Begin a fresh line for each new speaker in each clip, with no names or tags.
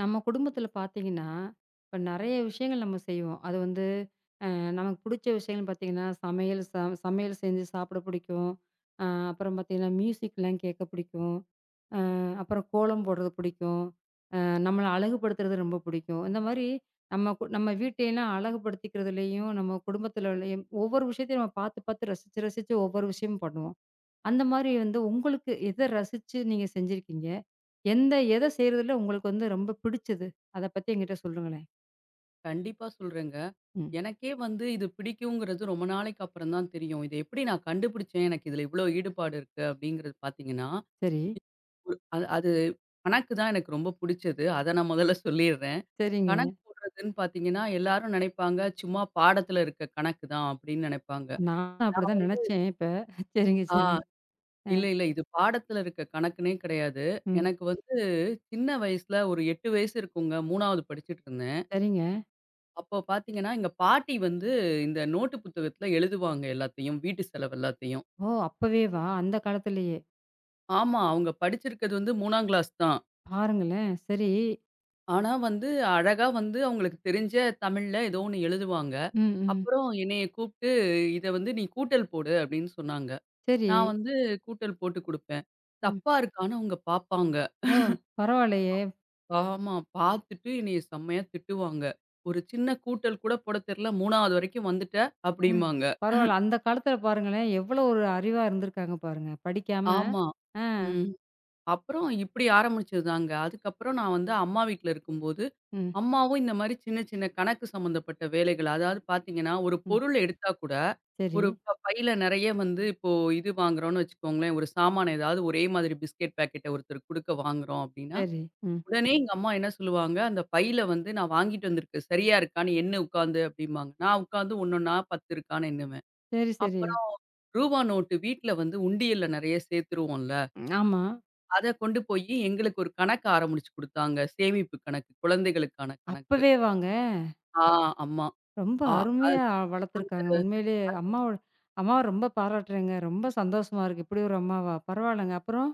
நம்ம குடும்பத்துல பார்த்தீங்கன்னா, இப்ப நெறைய விஷயங்கள் நம்ம செய்வோம். அது வந்து நமக்கு புடிச்ச விஷயங்கள்னு பார்த்தீங்கன்னா, சமையல் செஞ்சு சாப்பிட பிடிக்கும். அ அப்புறம் பார்த்தீங்கன்னா, மியூசிக்லாம் கேட்க பிடிக்கும். அ அப்புறம் கோலம் போடுறது பிடிக்கும். அ நம்மள அழகுபடுத்துறது ரொம்ப பிடிக்கும். இந்த மாரி நம்ம வீட்டையெல்லாம் அழகுபடுத்திக்கிறதுலயும், நம்ம குடும்பத்துல உள்ளயும் ஒவ்வொரு விஷயத்தையும் நம்ம பார்த்து, பார்த்து ரசிச்சு, ரசிச்சு ஒவ்வொரு விஷயமும் பண்ணுவோம். அந்த மாரி வந்து உங்களுக்கு எத ரசிச்சு நீங்க செஞ்சிருக்கீங்க? எத செய்றதுல உங்களுக்கு வந்து ரொம்ப பிடிச்சது? அத பத்தி என்கிட்ட சொல்லுங்களேன்.
கண்டிப்பா சொல்றேங்க.
ம்.
எனக்கே வந்து இது பிடிக்குங்கிறது ரொம்ப நாளைக்கு அப்புறம் தான் தெரியும். இத எப்படி நான் கண்டுபிடிச்சேன், எனக்கு இதுல இவ்ளோ ஈடுபாடு இருக்கு அப்படிங்கிறது பார்த்தீங்கன்னா,
சரி,
அது அது கணக்கு தான் எனக்கு ரொம்ப புடிச்சது. அத நான் முதல்ல சொல்லிர்றேன்.
சரிங்க.
கணக்கு போடுறதுன்னு பார்த்தீங்கன்னா, எல்லாரும் நினைப்பாங்க, சும்மா பாடத்துல இருக்க கணக்கு தான் அப்படின்னு நெனைப்பாங்க.
நான் அப்படிதான் நெனச்சேன் இப்ப. சரிங்க,
ஆ
சரி. அ,
இல்ல, இல்ல. இது பாடத்துல இருக்க கணக்குன்னே கிடையாது.
ம்.
எனக்கு வந்து சின்ன வயசுல ஒரு 8 வயசு இருக்குங்க. 3வது படிச்சுட்டு இருந்தேன்.
சரிங்க.
அப்போ பார்த்தீங்கன்னா, எங்க பாட்டி வந்து இந்த நோட்டு புத்தகத்துல எழுதுவாங்க எல்லாத்தையும். வீட்டு செலவு எல்லாத்தையும்.
ஓ! அப்பவேவா? அந்த காலத்திலேயே!
ஆமா, அவங்க படிச்சிருக்கிறது வந்து 3ஆம் கிளாஸ் தான்.
பாருங்களேன். சரி.
ஆனா வந்து அழகா வந்து அவங்களுக்கு தெரிஞ்ச தமிழ்ல ஏதோ ஒண்ணு எழுதுவாங்க.
ம், ம்.
அப்புறம் என்னைய கூப்ட்டு, "இத வந்து நீ கூட்டல் போடு" அப்படின்னு சொன்னாங்க.
சரி.
நான் வந்து கூட்டல் போட்டு குடுப்பேன்.
ம்.
தப்பா இருக்கான்னு அவங்க பார்ப்பாங்க.
ஓ! பரவாயில்லயே!
ஆமா, பார்த்துட்டு என்னைய செம்மையா திட்டுவாங்க. "ஒரு சின்ன கூட்டல் கூட போடத் தெர்ல, 3ஆவது வரைக்கும் வந்துட்ட"
அ.
அப்படிம்பாங்க.
பரவால்ல. அந்த காலத்தில பாருங்களேன், எவ்வளோ ஒரு அறிவா இருந்திருக்காங்க பாருங்க. படிக்காம.
ஆமா.
அ.
ம். அப்புறம் இப்படி ஆரம்பிச்சதுதாங்க. அதுக்கப்புறம் நான் வந்து அம்மா வீட்ல இருக்கும்போது,
ம்,
அம்மாவும் இந்த மாரி சின்ன சின்ன கணக்கு சம்மந்தப்பட்ட வேலைகள், அதாவது பார்த்தீங்கன்னா, ஒரு
ம்.
பொருள் எடுத்தா கூட,
சரி,
ஒரு ப பையில நெறைய வந்து இப்போ இது வாங்குறோம்னு வச்சுக்கோங்களேன், ஒரு சாமான ஏதாவது ஒரே மாதிரி பிஸ்கட் பாக்கெட்ட ஒருத்தருக்கு குடுக்க வாங்குறோம் அப்படின்னா,
சரி. ம்.
உடனே எங்க அம்மா என்ன சொல்லுவாங்க, அந்த பையில வந்து நான் வாங்கிட்டு வந்திருக்கு சரியா இருக்கான்னு எண்ணு உட்காந்து அப்படிம்பாங்க. நான் உட்காந்து ஒண்ணொன்னா 10 இருக்கான்னு எண்ணுவேன்.
சரி, சரி.
அப்புறம் ரூவா நோட்டு வீட்ல வந்து உண்டியல்ல நெறைய சேர்த்துருவோம்ல.
ஆமா.
அத கொண்டு போயி எங்களுக்கு ஒரு கணக்கு ஆரம்பிச்சு குடுத்தாங்க. சேமிப்பு கணக்கு. குழந்தைகளுக்கான கணக்கு.
அப்பவே வாங்க.
ஆ ஆமா.
ரொம்ப
ஆ அது
அருமையா வளர்த்துருக்காங்க.
அந்த
உண்மையிலேயே அம்மாவ ரொம்ப பாராட்டுறேங்க. ரொம்ப சந்தோஷமா இருக்கு. இப்படி ஒரு அம்மாவா? பரவால்லங்க. அப்புறம்?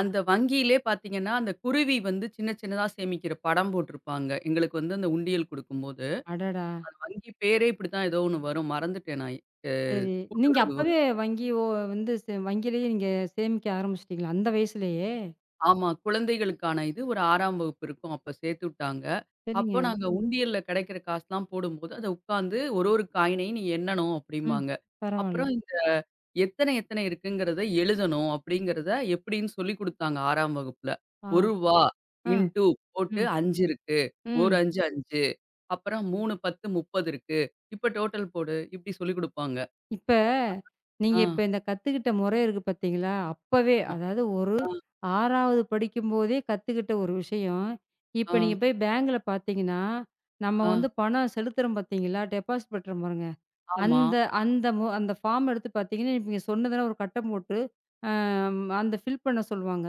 அந்த வங்கியிலே பார்த்தீங்கன்னா, அந்த குருவி வந்து சின்ன சின்னதா சேமிக்கிற படம் போட்டிருப்பாங்க. எங்களுக்கு வந்து அந்த உண்டியல் குடுக்கும்போது.
அடடா!
அந்த வங்கி பேரே இப்படித்தான் ஏதோ ஒண்ணு வரும். மறந்துட்டேன் நான். அ
சரி. நீங்க
கூட்டுறவு.
அப்பவே வங்கி ஓ வந்து சே வங்கியிலேயே நீங்க சேமிக்க ஆரம்பிச்சுட்டீங்களா? அந்த வயசுலயே?
ஆமா. குழந்தைகளுக்கான இது ஒரு 6ஆம் வகுப்பு இருக்கும். அப்ப சேர்த்து விட்டாங்க. அப்போ
சரிங்க.
நாங்க ம். உண்டியல்ல கிடைக்கிற காசுலாம் போடும்போது, அத உட்காந்து ஒரு ஒரு காயினையும் நீ எண்ணணும்
ம்.
அப்டிம்பாங்க.
பரவால்ல.
அப்புறம் இந்த எத்தனை எத்தனை இருக்குங்கிறத எழுதணும் அப்டிங்கிறத எப்டின்னு சொல்லிக் குடுத்தாங்க 6ஆம் வகுப்புல.
ஆ.
ரூ. 1
ஆ.
இன்டூ போட்டு
ம்.
5 இருக்கு. ஒரு
ம்.
5 5 அப்புறம் 3 10 30 இருக்கு. இப்ப டோட்டல் போடு இப்டி சொல்லிக் குடுப்பாங்க.
இப்ப நீங்க
ஆ,
இப்ப இந்த கத்துக்கிட்ட முறை இருக்கு பார்த்தீங்களா? அப்பவே
ஆமா.
அதாவது ஒரு
ஆ,
6வது படிக்கும்போதே கத்துக்கிட்ட ஒரு விஷயம்.
ஆ,
இப்ப நீங்க போய் பேங்க்ல பார்த்தீங்கன்னா, நம்ம
ஆ.
வந்து பணம் செலுத்துறோம் பார்த்தீங்களா? டெபாசிட் பண்றோம் பாருங்க.
ஆமா,
அந்த அந்த மு அந்த ஃபார்ம் எடுத்து பார்த்தீங்கன்னா, நீங்க சொன்னதெல்லாம் ஒரு கட்டம் போட்டு, அ அந்த ஃபில் பண்ண சொல்லுவாங்க.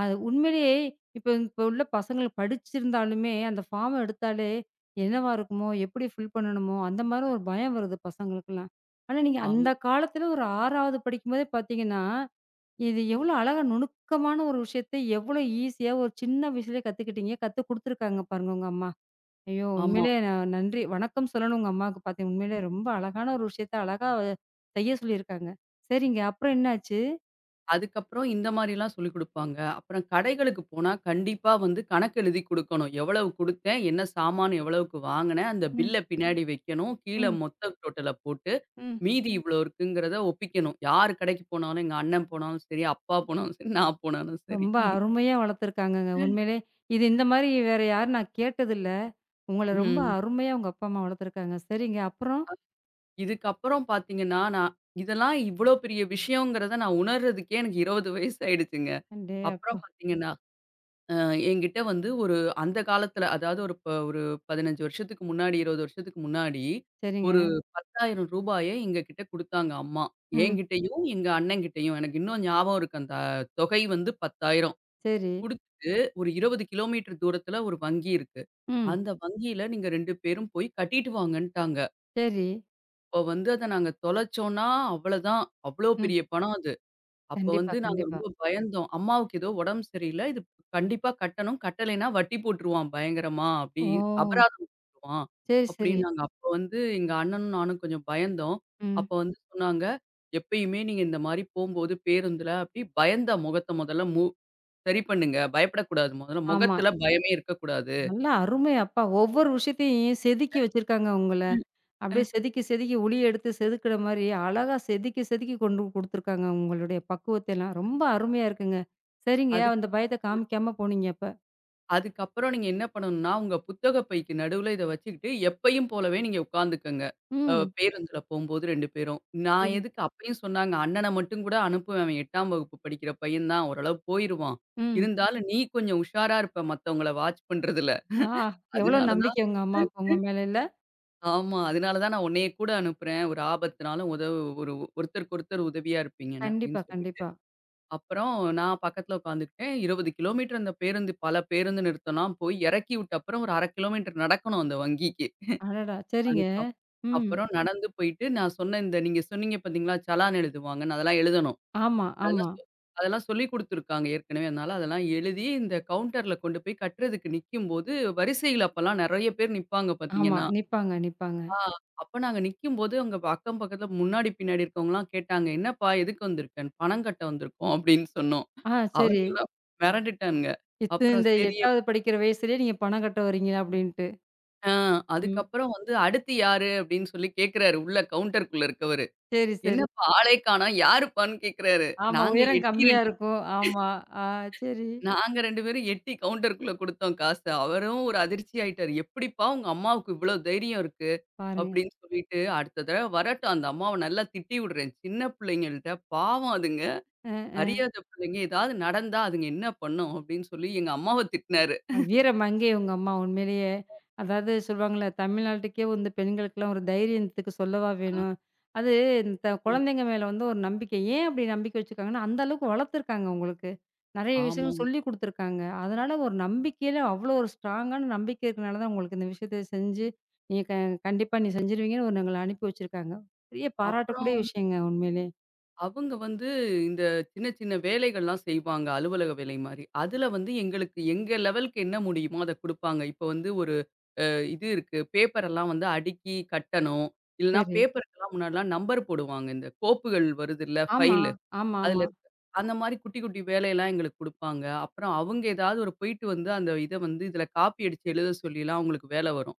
அது உண்மையிலேயே இப்ப இப்ப உள்ள பசங்க படிச்சிருந்தாலுமே, அந்த ஃபார்ம எடுத்தாலே, என்னவா இருக்குமோ? எப்படி ஃபில் பண்ணணுமோ? அந்த மாரி ஒரு பயம் வருது பசங்களுக்கெல்லாம். ஆனா, நீங்க அந்த
ஆமா,
காலத்துல ஒரு 6வது படிக்கும்போதே பார்த்தீங்கன்னா, இது எவ்வளோ அழகா நுணுக்கமான ஒரு விஷயத்த எவ்வளோ ஈஸியா ஒரு சின்ன வயசுலயே கத்துக்கிட்டீங்க. கத்துக் குடுத்துருக்காங்க பாருங்க உங்க அம்மா. ஐயோ!
ஆமா.
உண்மையிலேயே நான் நன்றி வணக்கம் சொல்லணும் உங்க அம்மாவுக்கு பார்த்தீங்க. உண்மையிலேயே ரொம்ப அழகான ஒரு விஷயத்த அழகா செய்ய சொல்லியிருக்காங்க. சரிங்க. அப்புறம் என்னாச்சு?
அதுக்கப்புறம் இந்த மாரிலாம் சொல்லிக் குடுப்பாங்க. அப்புறம் கடைகளுக்கு போனா கண்டிப்பா வந்து கணக்கு எழுதி குடுக்கணும். எவ்வளவு குடுத்தேன்? என்ன சாமான் எவ்வளவுக்கு வாங்குனேன்? அந்த
ம்.
பில்ல பின்னாடி வைக்கணும். கீழ
ம்.
மொத்த டோட்டல போட்டு,
ம்.
மீதி இவ்வளோ இருக்குங்கிறத ஒப்பிக்கணும். யார் கடைக்கு போனாலும், எங்க அண்ணன் போனாலும் சரி, அப்பா போனாலும் சரி, நான் போனாலும் சரி.
ரொம்ப அருமையா வளர்த்துருக்காங்கங்க. உண்மையிலே இது இந்த மாரி வேற யாரும் நான் கேட்டதில்ல. உங்கள ரொம்ப
ம்.
அருமையா உங்க அப்பா, அம்மா வளர்த்துருக்காங்க. சரிங்க. அப்புறம்?
இதுக்கப்புறம் பார்த்தீங்கன்னா, நான் இதெல்லாம் இவ்வளோ பெரிய விஷயங்கிறத நான் உணர்றதுக்கே எனக்கு 20 வயசு ஆயிடுச்சுங்க.
டேய் அப்பா!
அப்புறம் பார்த்தீங்கன்னா அ என்கிட்ட வந்து ஒரு அந்த காலத்துல, அதாவது ஒரு 15 வருஷத்துக்கு முன்னாடி, 20 வருஷத்துக்கு முன்னாடி,
சரிங்க.
ஒரு ம். ரூ. 10,000 எங்ககிட்ட குடுத்தாங்க அம்மா.
ம்.
என்கிட்டயும், எங்க அண்ணங்கிட்டயும். எனக்கு இன்னும் ஞாபகம் இருக்கு. அந்த தொகை வந்து 10,000
சரி.
குடுத்து ஒரு 20 கிலோமீட்டர் தூரத்துல ஒரு வங்கி இருக்கு.
ம்.
அந்த வங்கியில நீங்க 2 பேரும் போய் கட்டிட்டு வாங்கன்ட்டாங்க.
சரி.
அப்ப வந்து அத நாங்க தொலைச்சோம்னா, அவ்வளதான். அவ்ளோ
ம்.
பெரிய பணம் அது. அப்போ
கண்டிப்பா,
வந்து நாங்க
கண்டிப்பா.
ரொம்ப பயந்தோம். அம்மாவுக்கு ஏதோ உடம்பு சரியில்ல. இது கண்டிப்பா கட்டணும். கட்டலைன்னா வட்டி போட்டுருவான் பயங்கரமா. அப்படி
ஓ!
அபராதம் போட்டுருவான்.
சரி, சரி.
அப்படின்னு நாங்க அப்போ வந்து எங்க அண்ணனும் நானும் கொஞ்சம் பயந்தோம்.
ம்.
அப்போ வந்து சொன்னாங்க, "எப்பயுமே நீங்க இந்த மாரி போம்போது பேருந்துல அப்படி பயந்த முகத்த முதல்ல சரி பண்ணுங்க. பயப்படக்கூடாது. முதல்ல
ஆமா.
முகத்துல பயமே இருக்கக்கூடாது.
நல்லா அருமை அப்பா. ஒவ்வொரு விஷயத்தையும் செதுக்கி வச்சிருக்காங்க உங்கள. அப்படியே செதுக்கி, செதுக்கி உளி எடுத்து செதுக்குற மாரி அழகா செதுக்கி, செதுக்கி கொண்டு குடுத்துருக்காங்க உங்களுடைய பக்குவத்தெல்லாம். ரொம்ப அருமையா இருக்குங்க. சரிங்க. அந்த பயத்த காமிக்காம போனீங்க அப்ப.
அதுக்கப்புறம் நீங்க என்ன பண்ணணும்னா, உங்க புத்தக பைக்கு நடுவுல இத வச்சுக்கிட்டு, எப்பயும் போலவே நீங்க உட்காந்துக்கங்க.
ம்.
பேருந்துல போம்போது 2 பேரும். நான்
சரி.
எதுக்கு அப்பயும் சொன்னாங்க, அண்ணன மட்டும் கூட அனுப்புவேன். அவன் 8ஆம் வகுப்பு படிக்கிற பையன் தான். ஓரளவு போயிருவான்.
ம்.
இருந்தாலும் நீ கொஞ்சம் உஷாரா இருப்ப மத்தவங்கள வாட்ச் பண்றதுல.
ஆ எவ்ளோ
அதனால தான்
நம்பிக்கை உங்க அம்மாவுக்கு உங்க மேல இல்ல?
ஆமா. அதனால தான் நான் உன்னைய கூட அனுப்புறேன். ஒரு ஆபத்துனாலும் உதவு ஒரு ஒருத்தருக்கு ஒருத்தர் உதவியா இருப்பீங்கன்னு அப்படின்னு
கண்டிப்பா,
சொல்லிட்டு.
கண்டிப்பா.
அப்புறம் நான் பக்கத்துல உட்காந்துக்கிட்டேன். 20 கிலோமீட்டர் அந்த பேருந்து பல பேருந்து நிறுத்தம்லாம் போய் இறக்கி விட்ட அப்புறம் ஒரு ½ கிலோமீட்டர் நடக்கணும் அந்த வங்கிக்கு.
அடடா! சரிங்க.
அதுக்கப்
ம்.
அப்புறம் நடந்து போயிட்டு நான் சொன்ன இந்த நீங்க சொன்னீங்க பார்த்தீங்களா? சலான் எழுதுவாங்கன்னு அதெல்லாம் எழுதணும்.
ஆமா,
அதெல்லாம்
ஆமா,
சொ அதெல்லாம் சொல்லிக் குடுத்துருக்காங்க ஏற்கனவே. அதனால அதெல்லாம் எழுதி இந்த கவுண்டர்ல கொண்டு போய் கட்டுறதுக்கு நிக்கும்போது, வரிசையில அப்பலாம் நெறைய பேர் நிப்பாங்க
ஆமா.
பார்த்தீங்கன்னா.
நிப்பாங்க, நிப்பாங்க.
ஆ. அப்ப நாங்க நிக்கும்போது அங்க அக்கம் பக்கத்துல முன்னாடி, பின்னாடி இருக்கவங்கலாம் கேட்டாங்க, "என்னப்பா எதுக்கு வந்திருக்கன்னு?" "பணம் கட்ட வந்திருக்கோம்" அப்படின்னு சொன்னோம்.
ஆ சரி.
அவனுங்கலாம் மிரண்டுட்டானுங்க. அப்புறம்
இந்த
சரி அப்
8வது படிக்கிற வயசுலயே நீங்க பணம் கட்ட வரீங்க அப்டின்ட்டு.
ஆ
ம்.
அதுக்கப்புறம் வந்து "அடுத்து யாரு?" அப்படின்னு சொல்லி கேட்கிறாரு உள்ள கவுண்டருக்குள்ள இருக்கவரு.
சரி, சரி.
"என்னப்பா ஆளே காணோம், யாருப்பான்னு கேட்கிறாரு."
ஆமா.
நாங்க
உயரம்
எட்டி
கம்மியா
2
இருக்கும். ஆமா. ஆ சரி.
நாங்க 2 பேரும் எட்டி கவுண்டருக்குள்ள குடுத்தோம் காச. அவரும் ஒரு அதிர்ச்சி ஆயிட்டாரு. "எப்படிப்பா உங்க அம்மாவுக்கு இவ்வளோ தைரியம் இருக்கு?"
பாருங்க.
அப்படின்னு சொல்லிட்டு, அடுத்த தடவ வரட்டும் அந்த அம்மாவ நல்லா திட்டி விடுறேன். சின்ன பிள்ளைங்கள்ட்ட பாவம் அதுங்க.
அ, அ.
அறியாத பிள்ளைங்க. ஏதாவது நடந்தா அதுங்க என்ன பண்ணும்? அப்படின்னு சொல்லி எங்க அம்மாவ திட்டினாரு.
வீரமங்கை உங்க அம்மா உண்மையிலேயே. அதாவது சொல்லுவாங்கள்ல, தமிழ்நாட்டுக்கே வந்து பெண்களுக்கெல்லாம் ஒரு தைரியத்துக்கு சொல்லவா
ஆ.
வேணும். அது இந்த
ம்.
குழந்தைங்க மேல வந்து ஒரு நம்பிக்கை. ஏன் அப்படி நம்பிக்கை வச்சுருக்காங்கன்னா, அந்த அளவுக்கு வளர்த்துருக்காங்க உங்களுக்கு. நெறைய விஷயங்கள்
ஆமாங்க.
சொல்லிக் குடுத்துருக்காங்க. அதனால ஒரு நம்பிக்கையில அவ்வளோ ஒரு ஸ்ட்ராங்கான நம்பிக்கை இருக்கனால தான் உங்களுக்கு இந்த விஷயத்த செஞ்சு, நீங்க க கண்டிப்பா நீ செஞ்சுருவீங்கன்னு ஒரு எங்கள அனுப்பி வச்சிருக்காங்க. பெரிய பாராட்டக்கூடிய
அப்புறம்
விஷயங்க உண்மையிலே.
அவங்க வந்து இந்த சின்ன சின்ன வேலைகள்லாம் செய்வாங்க. அலுவலக வேலை மாரி. அதுல வந்து எங்களுக்கு எங்க லெவலுக்கு என்ன முடியுமோ அத குடுப்பாங்க. இப்ப வந்து ஒரு அ இது இருக்கு. பேப்பர் எல்லாம் வந்து அடுக்கி கட்டணும். இல்லன்னா
சரி.
பேப்பருக்கெல்லாம் முன்னாடிலாம் நம்பர் போடுவாங்க. இந்த கோப்புகள் வருதுல்ல
ஆமா,
ஃபைல்.
ஆமா,
அதுல
ஆமா.
இருக்கு. அந்த மாரி குட்டி, குட்டி வேலையெல்லாம் எங்களுக்கு குடுப்பாங்க. அப்புறம் அவங்க ஏதாவது ஒரு போயிட்டு வந்து அந்த இத வந்து இதுல காப்பி அடிச்சு எழுத சொல்லிலாம் அவங்களுக்கு வேல வரும்.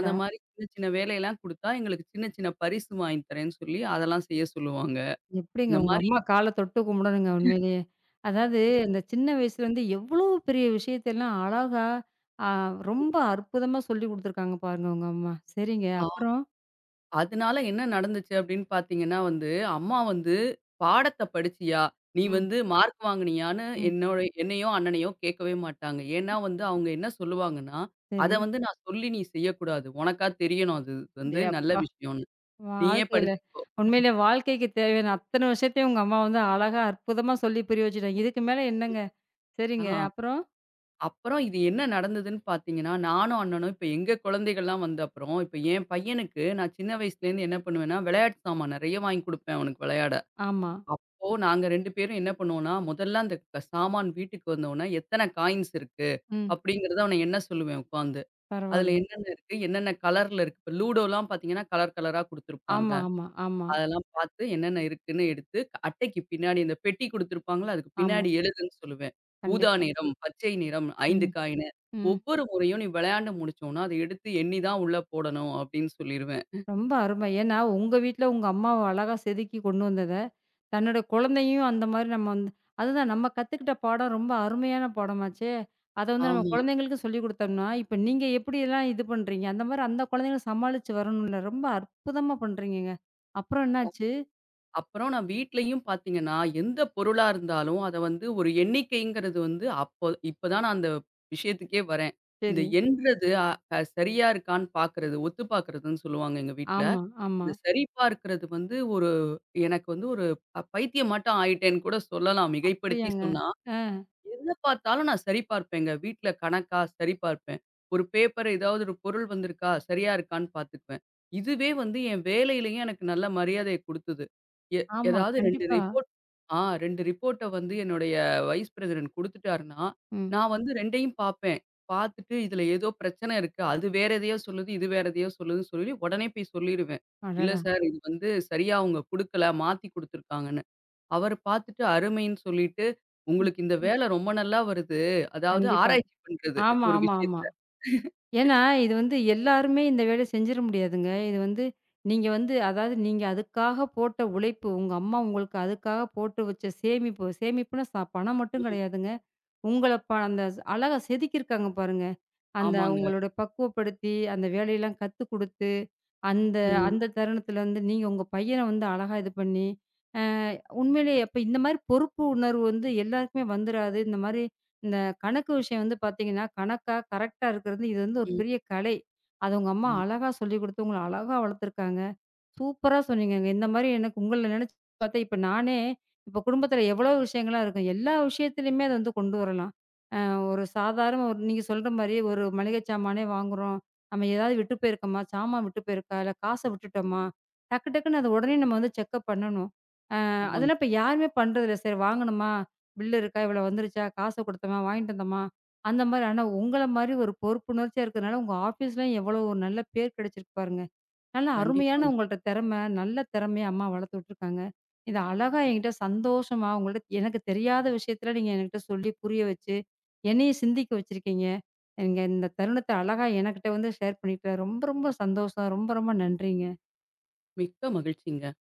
அந்த மாரி சின்ன, சின்ன வேலையெல்லாம் குடுத்தா, எங்களுக்கு சின்ன, சின்ன பரிசு வாங்கி தரேன்னு சொல்லி அதெல்லாம் செய்ய சொல்லுவாங்க.
எப்படிங்க
இந்த
உங்க
மாரி
அம்மா கால தொட்டு கும்பிடணுங்க உண்மையிலேயே. அதாவது இந்த சின்ன வயசுலேருந்து எவ்வளோ பெரிய விஷயத்தெல்லாம் அழகா, ஆ ரொம்ப அற்புதமா சொல்லிக் குடுத்துருக்காங்க பாருங்க உங்க அம்மா. சரிங்க.
ஆ
அப்புறம்?
அதனால என்ன நடந்துச்சு அப்படின்னு பார்த்தீங்கன்னா வந்து, அம்மா வந்து பாடத்த படிச்சியா? நீ
ம்,
வந்து மார்க் வாங்கினியான்னு
ம்.
என்னோட என்னையோ, அண்ணனையோ கேட்கவே மாட்டாங்க. ஏன்னா வந்து அவங்க என்ன சொல்லுவாங்கன்னா, அத
சரி.
வந்து நான் சொல்லி நீ செய்யக்கூடாது. உனக்கா தெரியணும் அது
டே
வந்து நல்ல
அப்பா!
விஷயம். நீயே
வாழ்க்கையில
படிச்சுக்கோ.
உண்மையிலே வாழ்க்கைக்கு தேவையான அத்தன விஷயத்தையும் உங்க அம்மா வந்து அழகா அற்புதமா சொல்லி புரிய வச்சுட்டாங்க. இதுக்கு மேல என்னங்க? சரிங்க.
ஆ
அப்புறம்?
அப்புறம் இது என்ன நடந்ததுன்னு பார்த்தீங்கன்னா, நானும் அண்ணனும் இப்ப எங்க குழந்தைகள்லாம் வந்த அப்புறம், இப்ப என் பையனுக்கு நான் சின்ன வயசுலேருந்து என்ன பண்ணுவேன்னா, விளையாட்டு சாமான் நெறைய வாங்கி குடுப்பேன் அவனுக்கு விளையாட.
ஆமா.
அப்போ நாங்க 2 பேரும் என்ன பண்ணுவோம்னா, முதல்ல அந்த சாமான் வீட்டுக்கு வந்தோனே எத்தன காயின்ஸ் இருக்கு?
ம்.
அப்படிங்கிறத அவன எண்ண சொல்லுவேன் உட்காந்து. அதுல
பரவால்ல.
என்னென்ன இருக்கு? என்னென்ன கலர்ல இருக்கு? இப்ப லூடோலாம் பார்த்தீங்கன்னா, கலர் கலரா குடுத்துருப்பான்ல.
ஆமா, ஆமா, ஆமா,
அதெல்லாம் பார்த்து என்னென்ன இருக்குன்னு எடுத்து, அட்டைக்கு பின்னாடி இந்த பெட்டி குடுத்துருப்பாங்கல்ல, அதுக்கு
ஆமா.
பின்னாடி எழுதுன்னு சொல்லுவேன். ஊதா
கண்டிப்பா.
நிறம், பச்சை நிறம், 5
ம்,
காயினு.
ம்.
ஒவ்வொரு முறையும் நீ விளையாண்டு முடிச்சோன்னா, அத எடுத்து எண்ணி தான் உள்ள போடணும் அப்டின்னு சொல்லிருவேன்.
ரொம்ப அருமை. ஏன்னா, உங்க வீட்ல உங்க அம்மாவ அழகா செதுக்கி கொண்டு வந்தத, தன்னோட குழந்தையும் அந்த மாரி நம்ம வந்து அதுதான் நம்ம கத்துக்கிட்ட பாடம் ரொம்ப அருமையான பாடமாச்சே! அத வந்து நம்ம
ஆமா.
குழந்தைங்களுக்கு சொல்லிக் குடுத்தோம்னா, இப்ப நீங்க எப்படியெல்லாம் இது பண்றீங்க? அந்த மாரி அந்த குழந்தைங்கள சமாளிச்சு வரணும்ல. ரொம்ப அற்புதமா பண்றீங்கங்க. அப்புறம்
அப்
என்னாச்சு?
அப்புறம் நான் வீட்லயும் பார்த்தீங்கன்னா, எந்த பொருளா இருந்தாலும் அத வந்து ஒரு எண்ணிக்கைங்கிறது வந்து அப்போ இப்ப தான் நான் அந்த விஷயத்துக்கே வரேன். இந்த
சரி.
எண்றது அ அ, சரியா இருக்கான்னு பார்க்கறது, ஒத்து பார்க்கறதுன்னு சொல்லுவாங்க எங்க வீட்ல.
ஆமா, ஆமா.
இந்த சரி பார்க்கிறது வந்து ஒரு எனக்கு வந்து ஒரு பைத்தியம் மாட்டம் ஆயிட்டேன்னு கூட சொல்லலாம். மிகைப்படுத்தி
அப்படியாங்க?
சொன்னா.
அ,
எத பார்த்தாலும் நான் சரி பார்ப்பேங்க. வீட்ல கணக்கா சரி பார்ப்பேன். ஒரு பேப்பர் ஏதாவது ஒரு பொருள் வந்திருக்கா? சரியா இருக்கான்னு பார்த்துக்குவேன். இதுவே வந்து என் வேலையிலயும் எனக்கு நல்ல மரியாதைய குடுத்தது. எ
ஆமா.
ஏதாவது 2
கண்டிப்பா.
ரிப்போர்ட் 2 ரிப்போர்ட்ட வந்து என்னுடைய வைஸ் பிரசிடென்ட் குடுத்துட்டாருன்னா,
ம்.
நான் வந்து 2யும் பார்ப்பேன். பார்த்துட்டு இதுல ஏதோ பிரச்சனை இருக்கு. அது வேற எதையோ சொல்லுது, இது வேற எதையோ சொல்லுதுன்னு சொல்லி உடனே போய் சொல்லிருவேன். இல்ல
அடடா!
சார் இது வந்து சரியா அவங்க குடுக்கல. மாத்தி குடுத்துருக்காங்கன்னு. அவர பார்த்துட்டு அருமைன்னு சொல்லிட்டு,
ம்.
உங்களுக்கு இந்த ம். வேலை ரொம்ப நல்லா வருது. அதாவது
கண்டிப்பா.
ஆராய்ச்சி பண்றது
ஆமா,
ஒரு
ஆமா, ஆமா.
விஷயத்த.
ஏன்னா, இது வந்து எல்லாருமே இந்த வேலைய செஞ்சிர முடியாதுங்க. இது வந்து நீங்க வந்து அதாவது நீங்க அதுக்காக போட்ட உழைப்பு, உங்க அம்மா உங்களுக்கு அதுக்காக போட்டு வச்ச சேமிப்பு, சேமிப்புன்னா ச பணம் மட்டும்
ம்.
கிடையாதுங்க. உங்கள ப அந்த அழகா செதுக்கியிருக்காங்க பாருங்க. அந்த
ஆமாங்க.
அவங்களோட பக்குவப்படுத்தி, அந்த வேலையெல்லாம் கத்துக் குடுத்து, அந்த
ம்,
அந்த தருணத்துல வந்து நீங்க உங்க பையன வந்து அழகா இது பண்ணி, அ உண்மையிலேயே அப்ப இந்த மாரி பொறுப்பு உணர்வு வந்து எல்லாருக்குமே வந்துராது. இந்த மாரி இந்த கணக்கு விஷயம் வந்து பார்த்தீங்கன்னா, கணக்கா கரெக்ட்டா இருக்கிறது, இது வந்து ஒரு
ம்.
பெரிய கலை. அத உங்க அம்மா
ஆமா,
அழகா சொல்லிக் குடுத்து, உங்கள அழகா வளர்த்துருக்காங்க. சூப்பரா சொன்னீங்கங்க. இந்த மாரி எனக்கு உங்கள நெனச்சு பாத்தா, இப்ப நானே இப்ப குடும்பத்தில எவ்வளோ விஷயங்கள்லாம் இருக்கும். எல்லா விஷயத்திலயுமே அத வந்து கொண்டு வரலாம். அ ஒரு சாதாரண ஒரு நீங்க சொல்ற மாரி ஒரு மளிகை சாமானே வாங்குறோம். நம்ம ஏதாவது விட்டு போயிருக்கோமா? சாமான் விட்டு போயிருக்கா? இல்ல காச விட்டுட்டோமா? டக்கு டக்குன்னு அத உடனே நம்ம வந்து செக்கப் பண்ணணும்.
ஆமாங்க.
அதெல்லாம் இப்ப யாருமே பண்றதில்ல. சரி வாங்கணுமா? பில் இருக்கா? இவ்வளோ வந்துருச்சா? காச குடுத்தோமா? வாங்கிட்டு வந்தோமா? அந்த மாரி. ஆனா உங்கள மாரி ஒரு பொறுப்புணர்ச்சியா இருக்கறனால, உங்க ஆஃபீஸ்லயும் எவ்வளோ ஒரு நல்ல பேர் கிடைச்சிருக்கு பாருங்க. நல்ல அருமையான
கண்டிப்பாங்க.
உங்கள்ட்ட திறமை, நல்ல திறமைய அம்மா வளர்த்து விட்டுருக்காங்க. இத அழகா என்கிட்ட சந்தோஷமா உங்கள்ட்ட எனக்கு தெரியாத விஷயத்துல நீங்க என்கிட்ட சொல்லி புரிய வச்சு, என்னைய சிந்திக்க வச்சிருக்கீங்க. நீங்க இந்த தருணத்த அழகா எனக்கிட்ட வந்து ஷேர் பண்ணிக்கிட்ட ரொம்ப ரொம்ப சந்தோஷம். ரொம்ப ரொம்ப நன்றிங்க.
மிக்க மகிழ்ச்சிங்க.